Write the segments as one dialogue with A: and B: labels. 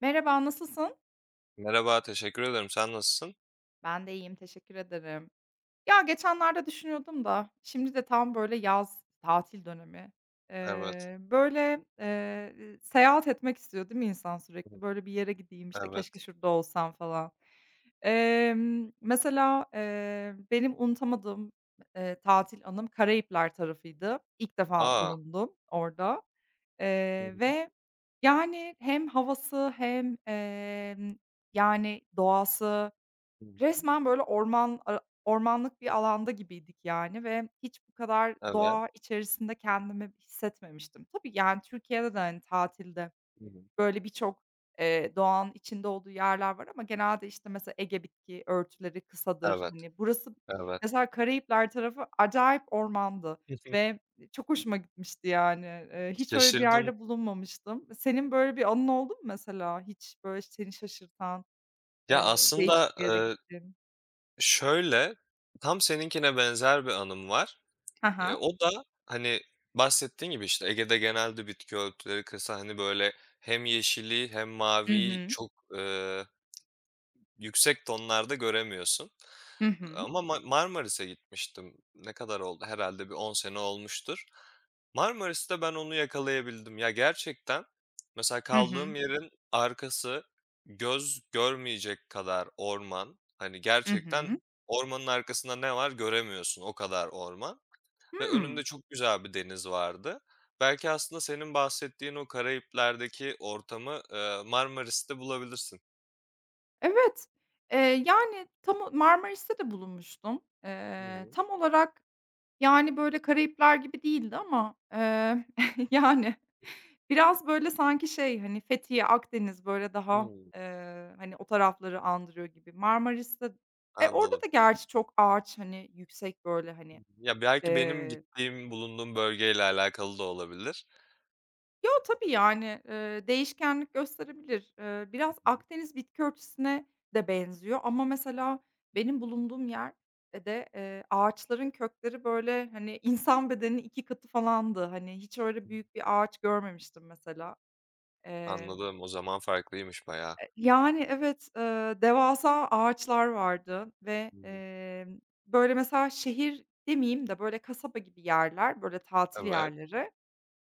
A: Merhaba, nasılsın?
B: Merhaba, teşekkür ederim. Sen nasılsın?
A: Ben de iyiyim, teşekkür ederim. Ya, geçenlerde düşünüyordum da şimdi de tam böyle yaz, tatil dönemi.
B: Evet.
A: Seyahat etmek istiyor değil mi insan
B: Hı
A: sürekli?
B: hı.
A: Böyle bir yere gideyim, işte, keşke
B: Evet.
A: şurada olsam falan. Benim unutamadığım tatil anım Karayipler tarafıydı. İlk defa
B: A!
A: bulundum orada,
B: Hı
A: eee,
B: hı.
A: ve, yani, hem havası hem, yani, doğası.
B: Hı hı.
A: Resmen böyle ormanlık bir alanda gibiydik yani, ve hiç bu kadar
B: Evet.
A: doğa içerisinde kendimi hissetmemiştim. Tabii, yani, Türkiye'de de, hani, tatilde
B: Hı hı.
A: böyle birçok, doğanın içinde olduğu yerler var, ama genelde, işte, mesela Ege bitki örtüleri kısadır.
B: Evet,
A: Hani, burası,
B: evet.
A: mesela Karayipler tarafı acayip ormandı
B: Hı hı.
A: ve çok hoşuma gitmişti yani. Hiç öyle bir
B: Şaşırdım.
A: yerde bulunmamıştım. Senin böyle bir anın oldu mu mesela, hiç böyle seni şaşırtan,
B: Ya, aslında,
A: değişik bir yere gittin?
B: şöyle, tam seninkine benzer bir anım var.
A: Ha
B: Eee,
A: ha.
B: o da, hani, bahsettiğin gibi, işte, Ege'de genelde bitki örtüleri kısa, hani, böyle hem yeşili hem
A: Hı
B: maviyi
A: hı.
B: çok, yüksek tonlarda göremiyorsun.
A: Hı hı.
B: Ama Marmaris'e gitmiştim. Ne kadar oldu? Herhalde bir 10 sene olmuştur. Marmaris'te ben onu yakalayabildim. Ya, gerçekten mesela
A: Hı
B: kaldığım
A: hı.
B: yerin arkası göz görmeyecek kadar orman. Hani,
A: Hı
B: gerçekten
A: hı.
B: ormanın arkasında ne var göremiyorsun, o kadar orman ve önünde
A: Hımm.
B: çok güzel bir deniz vardı. Belki aslında senin bahsettiğin o Karayipler'deki ortamı, Marmaris'te bulabilirsin.
A: Evet. Eee, yani, tam o Marmaris'te de bulunmuştum.
B: Hı hı.
A: Tam olarak, yani, böyle, Karayipler gibi değildi ama, yani, biraz, böyle, sanki şey, hani, Fethiye, Akdeniz, böyle, daha,
B: Hıı.
A: hani, o tarafları andırıyor gibi. Marmaris'te, e, orada
B: Anladım.
A: da gerçi çok ağaç, hani, yüksek, böyle, hani,
B: Ya, belki benim
A: eee
B: gittiğim, bulunduğum bölgeyle alakalı da olabilir.
A: Yo, tabii, yani, değişkenlik gösterebilir.
B: Hı
A: Biraz
B: hı.
A: Akdeniz bitki örtüsüne de benziyor, ama mesela benim bulunduğum yerde de, ağaçların kökleri, böyle, hani, insan bedeninin 2 katı falandı. Hani, hiç öyle büyük bir ağaç görmemiştim mesela.
B: Anladım, o zaman farklıymış bayağı.
A: Yani, evet, devasa ağaçlar vardı, ve,
B: Hı hı.
A: böyle, mesela şehir demeyeyim de, böyle, kasaba gibi yerler, böyle, tatil
B: Evet.
A: yerleri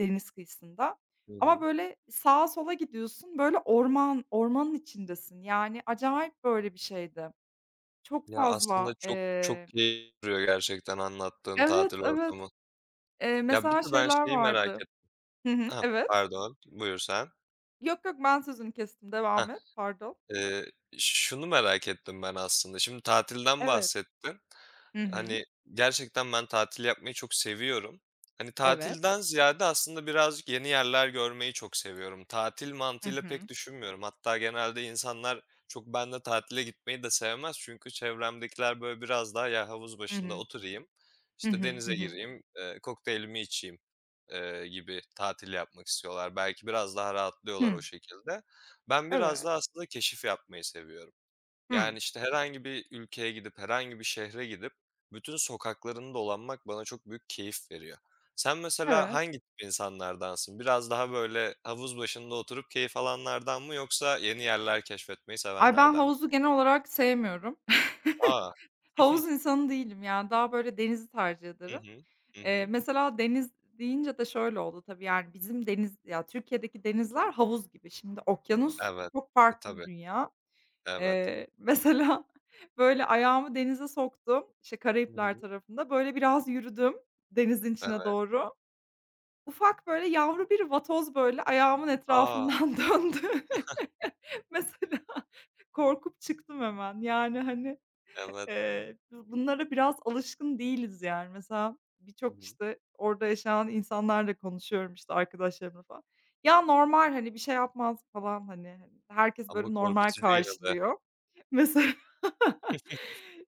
A: deniz kıyısında.
B: Hı
A: Ama
B: hı.
A: böyle sağa sola gidiyorsun, böyle orman, ormanın içindesin. Yani acayip böyle bir şeydi. Çok
B: Ya,
A: fazla,
B: aslında çok çok keyif veriyor gerçekten anlattığın
A: Evet,
B: tatil
A: evet.
B: ortamı. Ya, bir
A: Mesela
B: de ben
A: şeyler
B: şeyi merak
A: vardı.
B: et.
A: Hı hı,
B: Hah,
A: evet.
B: pardon, buyur sen.
A: Yok, yok, ben sözünü kestim, devam et, pardon.
B: Eee, şunu merak ettim ben aslında. Şimdi tatilden
A: Evet.
B: bahsettin.
A: Hı hı,
B: Hani, gerçekten ben tatil yapmayı çok seviyorum. Hani,
A: evet.
B: tatilden ziyade aslında birazcık yeni yerler görmeyi çok seviyorum. Tatil
A: Hı
B: mantığıyla
A: hı,
B: pek düşünmüyorum. Hatta genelde insanlar çok benimle tatile gitmeyi de sevmez. Çünkü çevremdekiler, böyle, biraz daha "Ya, havuz
A: hı
B: başında
A: hı,
B: oturayım,
A: hı
B: işte,
A: hı, hı
B: denize
A: hı.
B: gireyim, kokteylimi içeyim." Gibi tatil yapmak istiyorlar. Belki biraz daha rahatlıyorlar o
A: Hımm,
B: şekilde. Ben biraz daha
A: evet.
B: aslında keşif yapmayı seviyorum.
A: Hımm,
B: Yani, işte, herhangi bir ülkeye gidip, herhangi bir şehre gidip bütün sokaklarını dolanmak bana çok büyük keyif veriyor. Sen mesela
A: evet.
B: hangi tip insanlardansın? Biraz daha, böyle, havuz başında oturup keyif alanlardan mı yoksa yeni yerler keşfetmeyi
A: Ay, ben
B: sevenlerden mi?
A: havuzu genel olarak sevmiyorum.
B: A!
A: Havuz insanı değilim yani, daha böyle denizi tercih
B: Hı
A: ederim.
B: hı. Hı hı.
A: Mesela deniz deyince de şöyle oldu tabii, yani, bizim deniz ya, Türkiye'deki denizler havuz gibi. Şimdi okyanus
B: Evet.
A: çok
B: E,
A: farklı bir
B: tabii.
A: dünya.
B: Evet.
A: Eee, mesela, böyle, ayağımı denize soktum, işte,
B: Hı
A: Karayipler
B: hı.
A: tarafında, böyle, biraz yürüdüm denizin içine
B: Evet.
A: doğru. Ufak, böyle, yavru bir vatoz, böyle, ayağımın
B: A!
A: etrafından döndü. Mesela korkup çıktım hemen. Yani, hani,
B: Evet.
A: Bu bunlara biraz alışkın değiliz yani. Mesela
B: Hı
A: birçok,
B: hı.
A: işte, orada yaşayan insanlarla konuşuyorum, işte, arkadaşlarımla falan. "Ya, normal, hani, bir şey yapmaz." falan, hani, herkes
B: Ama
A: böyle normal
B: korkutucu yine de.
A: karşılıyor. Mesela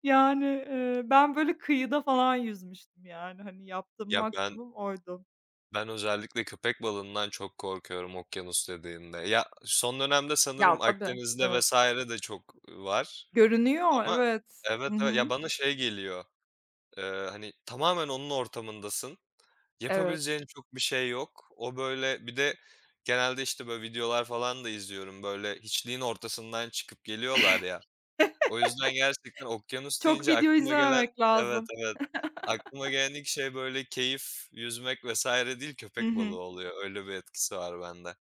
A: yani, ben böyle kıyıda falan yüzmüştüm yani. Hani, yaptığım
B: Ya, ben
A: maksimum oydu.
B: Ben özellikle köpek balığından çok korkuyorum okyanus dediğinde. Ya, son dönemde
A: Ya,
B: sanırım
A: tabii,
B: Akdeniz'de
A: evet.
B: vesaire de çok var
A: Görünüyor,
B: ama
A: evet.
B: evet,
A: Hı
B: evet. Ya,
A: hı,
B: bana şey geliyor, hani, tamamen onun ortamındasın.
A: evet.
B: Yapabileceğin çok bir şey yok. O, böyle, bir de genelde, işte, böyle, videolar falan da izliyorum. Böyle hiçliğin ortasından çıkıp geliyorlar ya. O yüzden gerçekten okyanus
A: Çok
B: deyince
A: video
B: aklıma gelen
A: izlememek
B: evet,
A: lazım.
B: evet. Aklıma gelen ilk şey böyle keyif, yüzmek vs. değil,
A: Hı
B: köpek balığı
A: hı.
B: oluyor. Öyle bir etkisi var bende.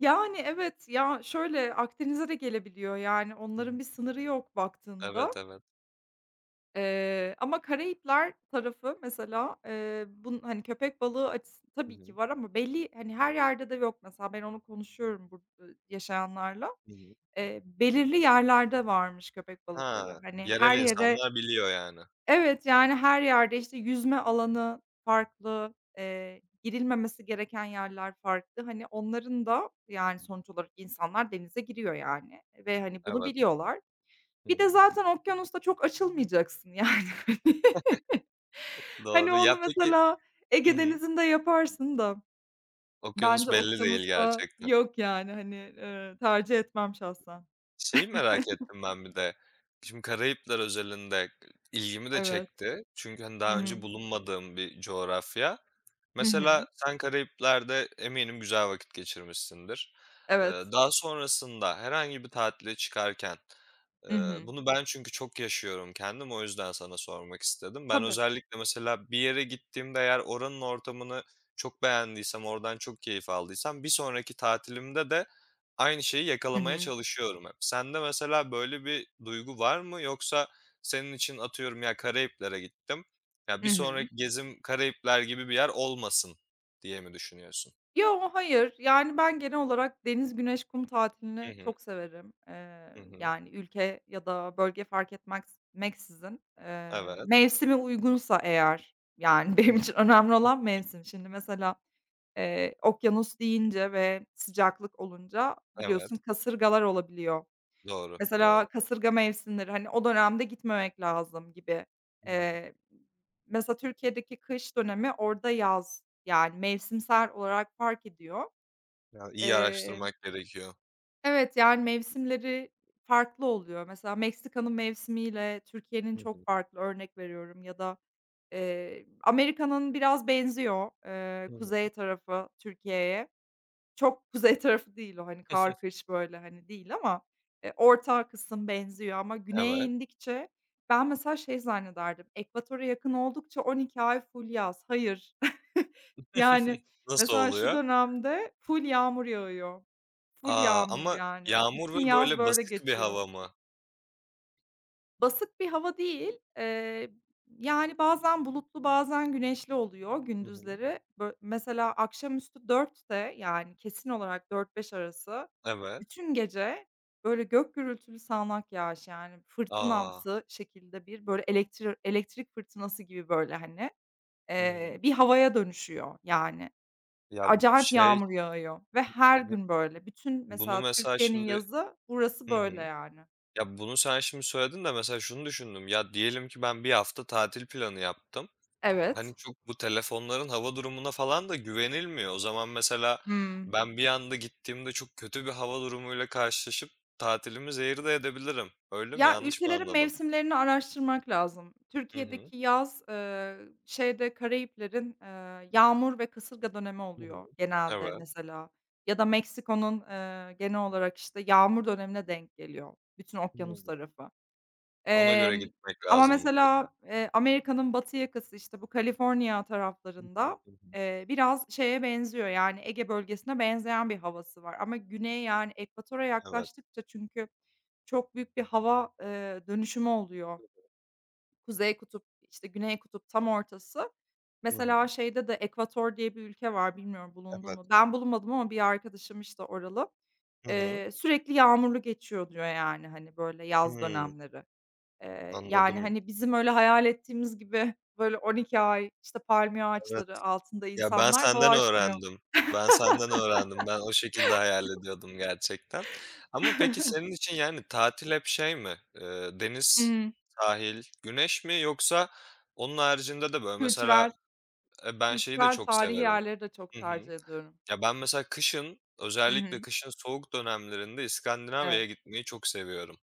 A: Yani, evet. Ya, şöyle, Akdeniz'e de gelebiliyor, yani,
B: Hı
A: onların
B: hı.
A: bir sınırı yok baktığında.
B: Evet, evet.
A: Ama Karayipler tarafı mesela, hani, köpek balığı açısı
B: Hı
A: tabii ki
B: hı.
A: var ama belli, hani, her yerde de yok mesela. Ben onu konuşuyorum burada yaşayanlarla.
B: Hı hı.
A: Belirli yerlerde varmış köpek balıkları.
B: Ha,
A: Hani,
B: yerel
A: her yere.
B: insanlar biliyor yani. Hı
A: Evet, yani her yerde, işte, yüzme alanı farklı, girilmemesi gereken yerler farklı. Hani, onların da, yani,
B: hı.
A: sonuç olarak insanlar denize giriyor, yani, ve, hani, bunu
B: Evet.
A: biliyorlar.
B: Hı
A: Bir
B: hı.
A: de zaten okyanusta çok açılmayacaksın, yani, hani. Hani,
B: Doğru. Ya,
A: onu
B: peki.
A: mesela
B: Hı
A: Ege
B: hı.
A: Denizi'nde yaparsın da
B: Okyanus
A: bence
B: belli değil
A: okyanusta
B: gerçekten.
A: yok, yani, hani, tercih etmem şahsen.
B: Şeyi merak ettim ben bir de. Şimdi Karayipler özelinde ilgimi de
A: Evet.
B: çekti. Çünkü, hani,
A: Hı
B: daha önce
A: hı.
B: bulunmadığım bir coğrafya.
A: Hı hı.
B: Mesela sen Karayipler'de eminim güzel vakit geçirmişsindir. Eee,
A: Evet.
B: daha sonrasında herhangi bir tatile çıkarken,
A: Hı hı.
B: bunu ben çünkü çok yaşıyorum kendim, o yüzden sana sormak istedim. Ben
A: Tabii.
B: özellikle mesela bir yere gittiğimde eğer oranın ortamını çok beğendiysem, oradan çok keyif aldıysam bir sonraki tatilimde de aynı şeyi
A: Hı
B: yakalamaya
A: hı.
B: çalışıyorum hep. Sende mesela böyle bir duygu var mı? Yoksa senin için atıyorum ya Karayipler'e gittim. Ya,
A: Hı
B: bir
A: hı.
B: sonraki gezim Karayipler gibi bir yer olmasın diye mi düşünüyorsun?
A: Yo, hayır. Yani, ben genel olarak deniz, güneş, kum
B: Hı
A: tatilini
B: hı.
A: çok severim.
B: Hı hı.
A: Yani, ülke ya da bölge fark meksizin,
B: Evet.
A: mevsimi uygunsa eğer, yani, benim için önemli olan mevsim. Şimdi mesela, okyanus deyince ve sıcaklık olunca biliyorsun
B: Evet.
A: kasırgalar olabiliyor.
B: Doğru,
A: Mesela
B: doğru.
A: kasırga mevsimleri, hani, o dönemde gitmemek lazım gibi.
B: Hı hı.
A: Eee, mesela Türkiye'deki kış dönemi orada yaz. Yani, mevsimsel olarak fark ediyor.
B: Ya, iyi
A: Eee,
B: araştırmak gerekiyor.
A: evet, yani, mevsimleri farklı oluyor. Mesela Meksika'nın mevsimiyle Türkiye'nin
B: Hı
A: çok
B: hı.
A: farklı, örnek veriyorum, ya da, Amerika'nın biraz benziyor,
B: Hı hı.
A: kuzey tarafı Türkiye'ye. Çok kuzey tarafı değil o, hani, kar, kış, böyle, hani, değil, ama, orta kısım benziyor, ama güneye
B: Evet.
A: indikçe ben mesela şey zannederdim, ekvatora yakın oldukça 12 ay full yaz. Hayır. Yani,
B: Nasıl
A: mesela şu
B: oluyor?
A: dönemde full yağmur yağıyor. Full
B: A!
A: yağmur
B: Ama
A: yani.
B: yağmur
A: Bütün
B: ve
A: yaz
B: böyle
A: böyle
B: basık bir
A: geçiyor.
B: hava mı?
A: Basık bir hava değil. Yani, bazen bulutlu, bazen güneşli oluyor
B: Hı hı.
A: gündüzleri. Mesela akşamüstü 4'te, yani, kesin olarak 4-5 arası,
B: Evet.
A: bütün gece, böyle, gök gürültülü sağanak yağış, yani,
B: Aa.
A: fırtınamsı şekilde bir, böyle, elektrik fırtınası gibi, böyle, hani,
B: Hı hı.
A: bir havaya dönüşüyor, yani.
B: Ya,
A: Acayip
B: şey,
A: yağmur yağıyor ve her
B: hani,
A: gün böyle. Bütün
B: bunu
A: mesela
B: mesela
A: Türkiye'nin
B: şimdi.
A: yazı burası
B: Hı hı.
A: böyle, yani.
B: Ya, bunu sen şimdi söyledin de mesela şunu düşündüm. Ya, diyelim ki ben bir hafta tatil planı yaptım.
A: Evet.
B: Hani, çok bu telefonların hava durumuna falan da güvenilmiyor. O zaman mesela
A: Hıı.
B: ben bir anda gittiğimde çok kötü bir hava durumuyla karşılaşıp tatilimi zehir de edebilirim. Öyle mi?
A: Ya,
B: Yanlış mı
A: ülkelerin
B: anladım?
A: mevsimlerini araştırmak lazım.
B: Hı hı.
A: Türkiye'deki yaz, şeyde Karayiplerin, yağmur ve kasırga dönemi
B: Hı hı.
A: oluyor genelde
B: Evet.
A: mesela, ya da Meksiko'nun, genel olarak, işte, yağmur dönemine denk geliyor bütün okyanus
B: Hımm.
A: tarafı.
B: Ona göre
A: Emm,
B: gitmek
A: ama
B: lazım mutlaka.
A: mesela, Amerika'nın batı yakası, işte, bu Kaliforniya
B: Hı hı.
A: taraflarında,
B: Hı hı.
A: biraz şeye benziyor, yani, Ege bölgesine benzeyen bir havası var, ama güney, yani, ekvatora
B: Evet.
A: yaklaştıkça çünkü çok büyük bir hava, dönüşümü oluyor. Kuzey Kutup, işte, Güney Kutup tam ortası.
B: Hı hı.
A: Mesela şeyde de Ekvator diye bir ülke var, bilmiyorum bulundun
B: Evet.
A: mu? Ben bulunmadım, ama bir arkadaşım, işte, oralı.
B: Hı hı.
A: Sürekli yağmurlu geçiyor diyor, yani, hani, böyle yaz
B: Hımm.
A: dönemleri. Yani,
B: Anladım.
A: hani, bizim öyle hayal ettiğimiz gibi böyle 12 ay, işte, palmiye
B: Evet.
A: ağaçları altında
B: Ya, ben
A: insanlar
B: senden
A: dolaşmıyor.
B: öğrendim. Ben senden öğrendim. Ben o şekilde hayal ediyordum gerçekten. Ama peki senin için, yani, tatil hep şey mi? Deniz,
A: Hı.
B: sahil, güneş mi yoksa onun haricinde de, böyle, mesela,
A: Kültürel,
B: ben şeyi de
A: kültürel
B: çok
A: tarihi
B: severim.
A: yerleri de çok
B: Hı
A: tercih
B: hı.
A: ediyorum.
B: Ya, ben mesela kışın,
A: Hı
B: özellikle
A: hı.
B: kışın soğuk dönemlerinde
A: Evet.
B: İskandinavya'ya gitmeyi çok seviyorum.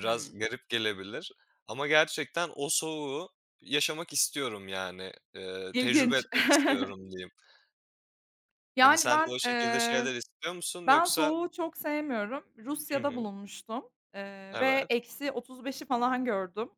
A: Hımm.
B: garip gelebilir ama gerçekten o soğuğu yaşamak istiyorum, yani, tecrübe
A: İlginç.
B: etmek istiyorum diyeyim. Hani,
A: Yani,
B: sen de
A: ben,
B: o şekilde şeyler istiyor musun
A: ben
B: yoksa.
A: soğuğu çok sevmiyorum.
B: Hı
A: Rusya'da
B: hı.
A: bulunmuştum, ve
B: Evet.
A: -35'i falan gördüm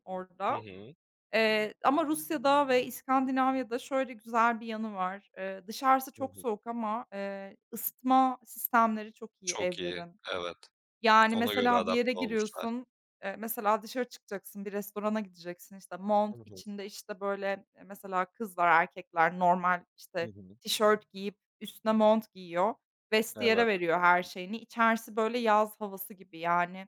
B: Hı
A: orada.
B: hı.
A: Ama Rusya'da ve İskandinavya'da şöyle güzel bir yanı var. Dışarısı
B: Hı
A: çok
B: hı.
A: soğuk, ama, ısıtma sistemleri çok iyi
B: Çok iyi.
A: evlerin.
B: Evet.
A: Yani,
B: Ona göre
A: mesela bir yere
B: adapte olmuşlar.
A: giriyorsun, mesela dışarı çıkacaksın, bir restorana gideceksin, işte, mont,
B: Hı hı.
A: içinde, işte, böyle, mesela kızlar, erkekler normal,
B: Hı
A: işte,
B: hı.
A: tişört giyip üstüne mont giyiyor. Vestiyere
B: Evet.
A: veriyor her şeyini. İçerisi böyle yaz havası gibi, yani.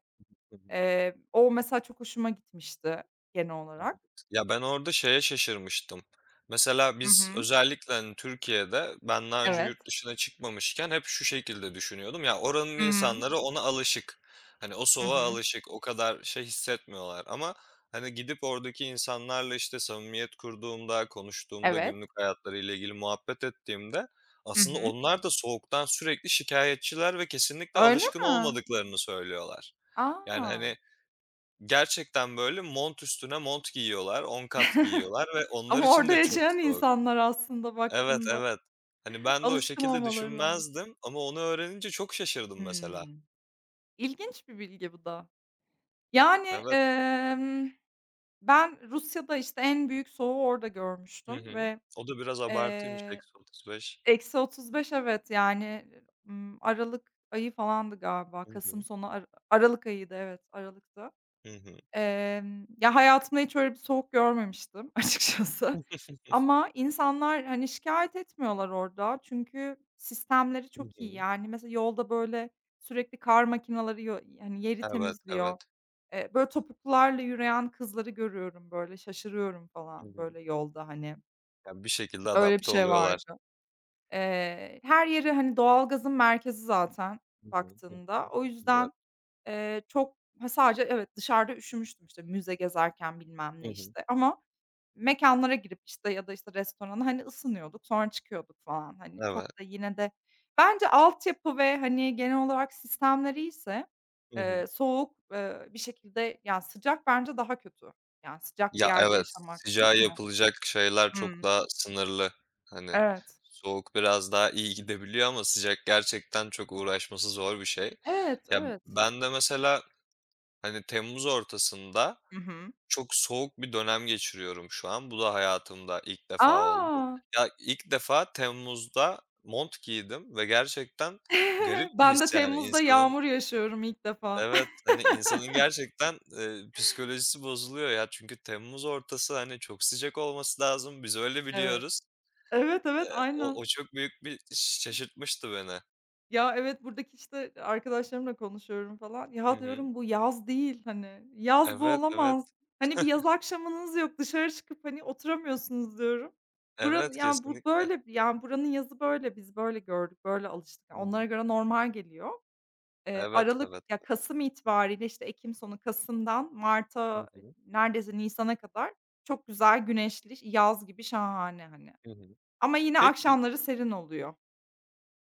B: Hı hı.
A: O mesela çok hoşuma gitmişti genel olarak.
B: Evet. Ya, ben orada şeye şaşırmıştım. Mesela
A: Hı
B: biz
A: hı.
B: özellikle, hani, Türkiye'de ben daha önce
A: Evet.
B: yurt dışına çıkmamışken hep şu şekilde düşünüyordum. Ya, oranın
A: Hı hı.
B: insanları ona alışık. Hani, o
A: Hı
B: soğuğa
A: hı.
B: alışık, o kadar şey hissetmiyorlar ama, hani, gidip oradaki insanlarla, işte, samimiyet kurduğumda, konuştuğumda,
A: Evet.
B: günlük hayatlarıyla ilgili muhabbet ettiğimde
A: Hı
B: aslında
A: hı.
B: onlar da soğuktan sürekli şikayetçiler ve kesinlikle
A: Öyle
B: alışkın
A: mi?
B: olmadıklarını söylüyorlar.
A: A!
B: Yani, hani, gerçekten böyle mont üstüne mont giyiyorlar, 10 kat giyiyorlar ve onlar
A: Ama
B: için
A: orada
B: de çok
A: yaşayan
B: soğuk.
A: insanlar aslında
B: Evet,
A: baktığında
B: evet. Hani ben de o
A: alışkın
B: şekilde
A: olmaları lazım.
B: düşünmezdim ama onu öğrenince çok şaşırdım mesela.
A: Hımm. İlginç bir bilgi bu da. Yani,
B: Evet.
A: ben Rusya'da, işte, en büyük soğuğu orada
B: Hı
A: görmüştüm
B: hı.
A: ve,
B: O da biraz abartıymış
A: eee,
B: -35.
A: -35 evet, yani, aralık ayı falandı galiba.
B: Hı
A: Kasım
B: hı.
A: sonu, aralık ayıydı, evet, aralıktı.
B: Hı hı.
A: Ya, hayatımda hiç öyle bir soğuk görmemiştim açıkçası, ama insanlar, hani, şikâyet etmiyorlar orada çünkü sistemleri
B: Hı
A: çok iyi.
B: hı.
A: Yani, mesela yolda, böyle, sürekli kar makinaları hani, yeri
B: Evet,
A: temizliyor.
B: evet.
A: Böyle, topuklularla yürüyen kızları görüyorum, böyle, şaşırıyorum
B: Hı
A: falan,
B: hı.
A: böyle, yolda, hani.
B: Ya, bir şekilde
A: Öyle bir
B: adapte
A: şey
B: oluyorlar.
A: vardı. Her yeri, hani, doğalgazın merkezi zaten
B: Hı hı. Hı
A: baktığında.
B: hı.
A: O
B: Evet.
A: yüzden, çok ha, sadece evet, dışarıda üşümüştüm, işte, müze gezerken bilmem ne,
B: Hı hı.
A: işte, ama mekânlara girip, işte, ya da, işte, restorana, hani, ısınıyorduk, sonra çıkıyorduk falan. Hani,
B: Evet.
A: çok da yine de bence altyapı ve, hani, genel olarak sistemler iyiyse,
B: Hı hı.
A: soğuk, bir şekilde yani, sıcak bence daha kötü. Yani, sıcak bir
B: Ya,
A: yerde
B: evet,
A: yaşamak, değil
B: sıcağa
A: mi?
B: yapılacak şeyler çok
A: Hımm.
B: daha sınırlı. Hani,
A: Evet.
B: soğuk biraz daha iyi gidebiliyor ama sıcak gerçekten çok uğraşması zor bir şey.
A: Evet,
B: Ya,
A: evet.
B: ben de mesela, hani, temmuz ortasında
A: Hı hı.
B: çok soğuk bir dönem geçiriyorum şu an. Bu da hayatımda ilk defa oldu.
A: A!
B: Ya, ilk defa temmuzda mont giydim ve gerçekten garip bir
A: Ben de
B: his yani
A: temmuzda
B: insanın.
A: yağmur yaşıyorum ilk defa.
B: Evet, hani, insanın gerçekten, psikolojisi bozuluyor ya. Çünkü temmuz ortası, hani, çok sıcak olması lazım. Biz öyle
A: Evet.
B: biliyoruz.
A: Evet, evet,
B: O
A: aynen.
B: çok büyük bir şaşırtmıştı beni.
A: Ya, evet, buradaki, işte, arkadaşlarımla konuşuyorum falan.
B: Hı
A: "Ya,"
B: hı.
A: diyorum, "bu yaz değil, hani, yaz bu
B: Evet, evet.
A: olamaz. Hani, bir yaz akşamınız yok, dışarı çıkıp, hani, oturamıyorsunuz." diyorum. Buranın
B: Evet,
A: yani, bu
B: kesinlikle.
A: böyle, yani, buranın yazı böyle, biz böyle gördük, böyle alıştık.
B: Hı
A: Yani, onlara
B: hı.
A: göre normal geliyor.
B: Evet, evet,
A: Aralık,
B: evet.
A: ya, kasım itibariyle, işte, ekim sonu, kasımdan
B: Hı
A: marta,
B: hı.
A: neredeyse nisana kadar çok güzel güneşli, yaz gibi şahane, hani.
B: Hı hı.
A: Ama yine
B: Peki.
A: akşamları serin oluyor.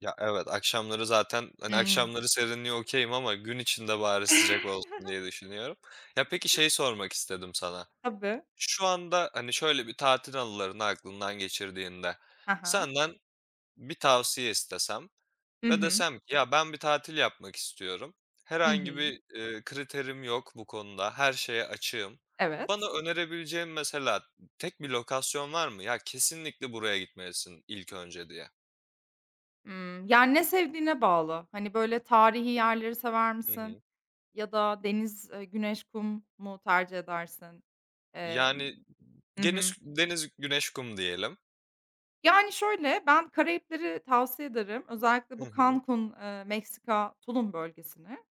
B: Ya, evet, akşamları zaten, hani,
A: Hıı.
B: akşamları serinliğe okay'im ama gün içinde bari sıcak olsun diye düşünüyorum. Ya, peki şey sormak istedim sana.
A: Tabii.
B: Şu anda, hani, şöyle bir tatil anılarını aklından geçirdiğinde
A: Hı.
B: senden bir tavsiye istesem
A: Hı
B: ve
A: hı.
B: desem ki "Ya, ben bir tatil yapmak istiyorum.
A: Hı
B: Herhangi
A: hı.
B: bir, kriterim yok bu konuda. Her şeye açığım." Bana
A: Evet.
B: önerebileceğin mesela tek bir lokasyon var mı? "Ya, kesinlikle buraya gitmelisin ilk önce." diye.
A: Yani, ne sevdiğine bağlı. Hani, böyle, tarihi yerleri sever
B: Hı
A: misin,
B: hı.
A: ya da deniz, güneş, kum mu tercih edersin? Emm
B: Yani,
A: Hı hı.
B: deniz deniz, güneş, kum diyelim.
A: Yani, şöyle, ben Karayipleri tavsiye ederim. Özellikle
B: Hı
A: bu
B: hı.
A: Cancun, Meksika, Tulum bölgesini.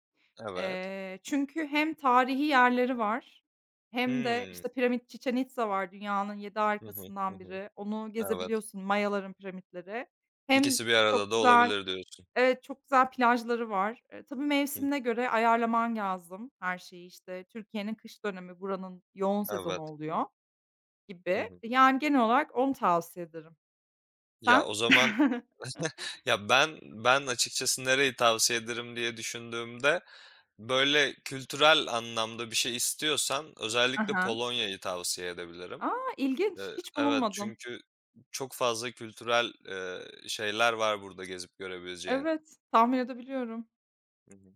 B: Evet.
A: Çünkü hem tarihi yerleri var, hem de,
B: Hımm.
A: işte, piramit Chichen Itza var, dünyanın 7
B: Hı hı. Hı
A: arkasından
B: hı.
A: biri. Onu
B: Evet.
A: gezebiliyorsun, Mayaların piramitleri. Hem
B: İkisi bir arada
A: çok
B: da
A: güzel.
B: olabilir diyorsun.
A: Çok güzel plajları var. Tabii
B: Hı hı.
A: mevsimine göre ayarlaman lazım her şeyi, işte, Türkiye'nin kış dönemi buranın yoğun sezonu
B: Evet.
A: oluyor
B: Hı
A: gibi.
B: hı.
A: Yani, genel olarak onu tavsiye ederim.
B: Ya,
A: Sen?
B: o zaman ya, ben açıkçası nereyi tavsiye ederim diye düşündüğümde, böyle, kültürel anlamda bir şey istiyorsan
A: Hı
B: özellikle
A: hı.
B: Polonya'yı tavsiye edebilirim.
A: A!
B: Eee,
A: İlginç. Hiç
B: evet,
A: bulunmadım.
B: çünkü çok fazla kültürel, şeyler var burada gezip görebileceğin.
A: Evet, tahmin edebiliyorum.
B: Hı hı.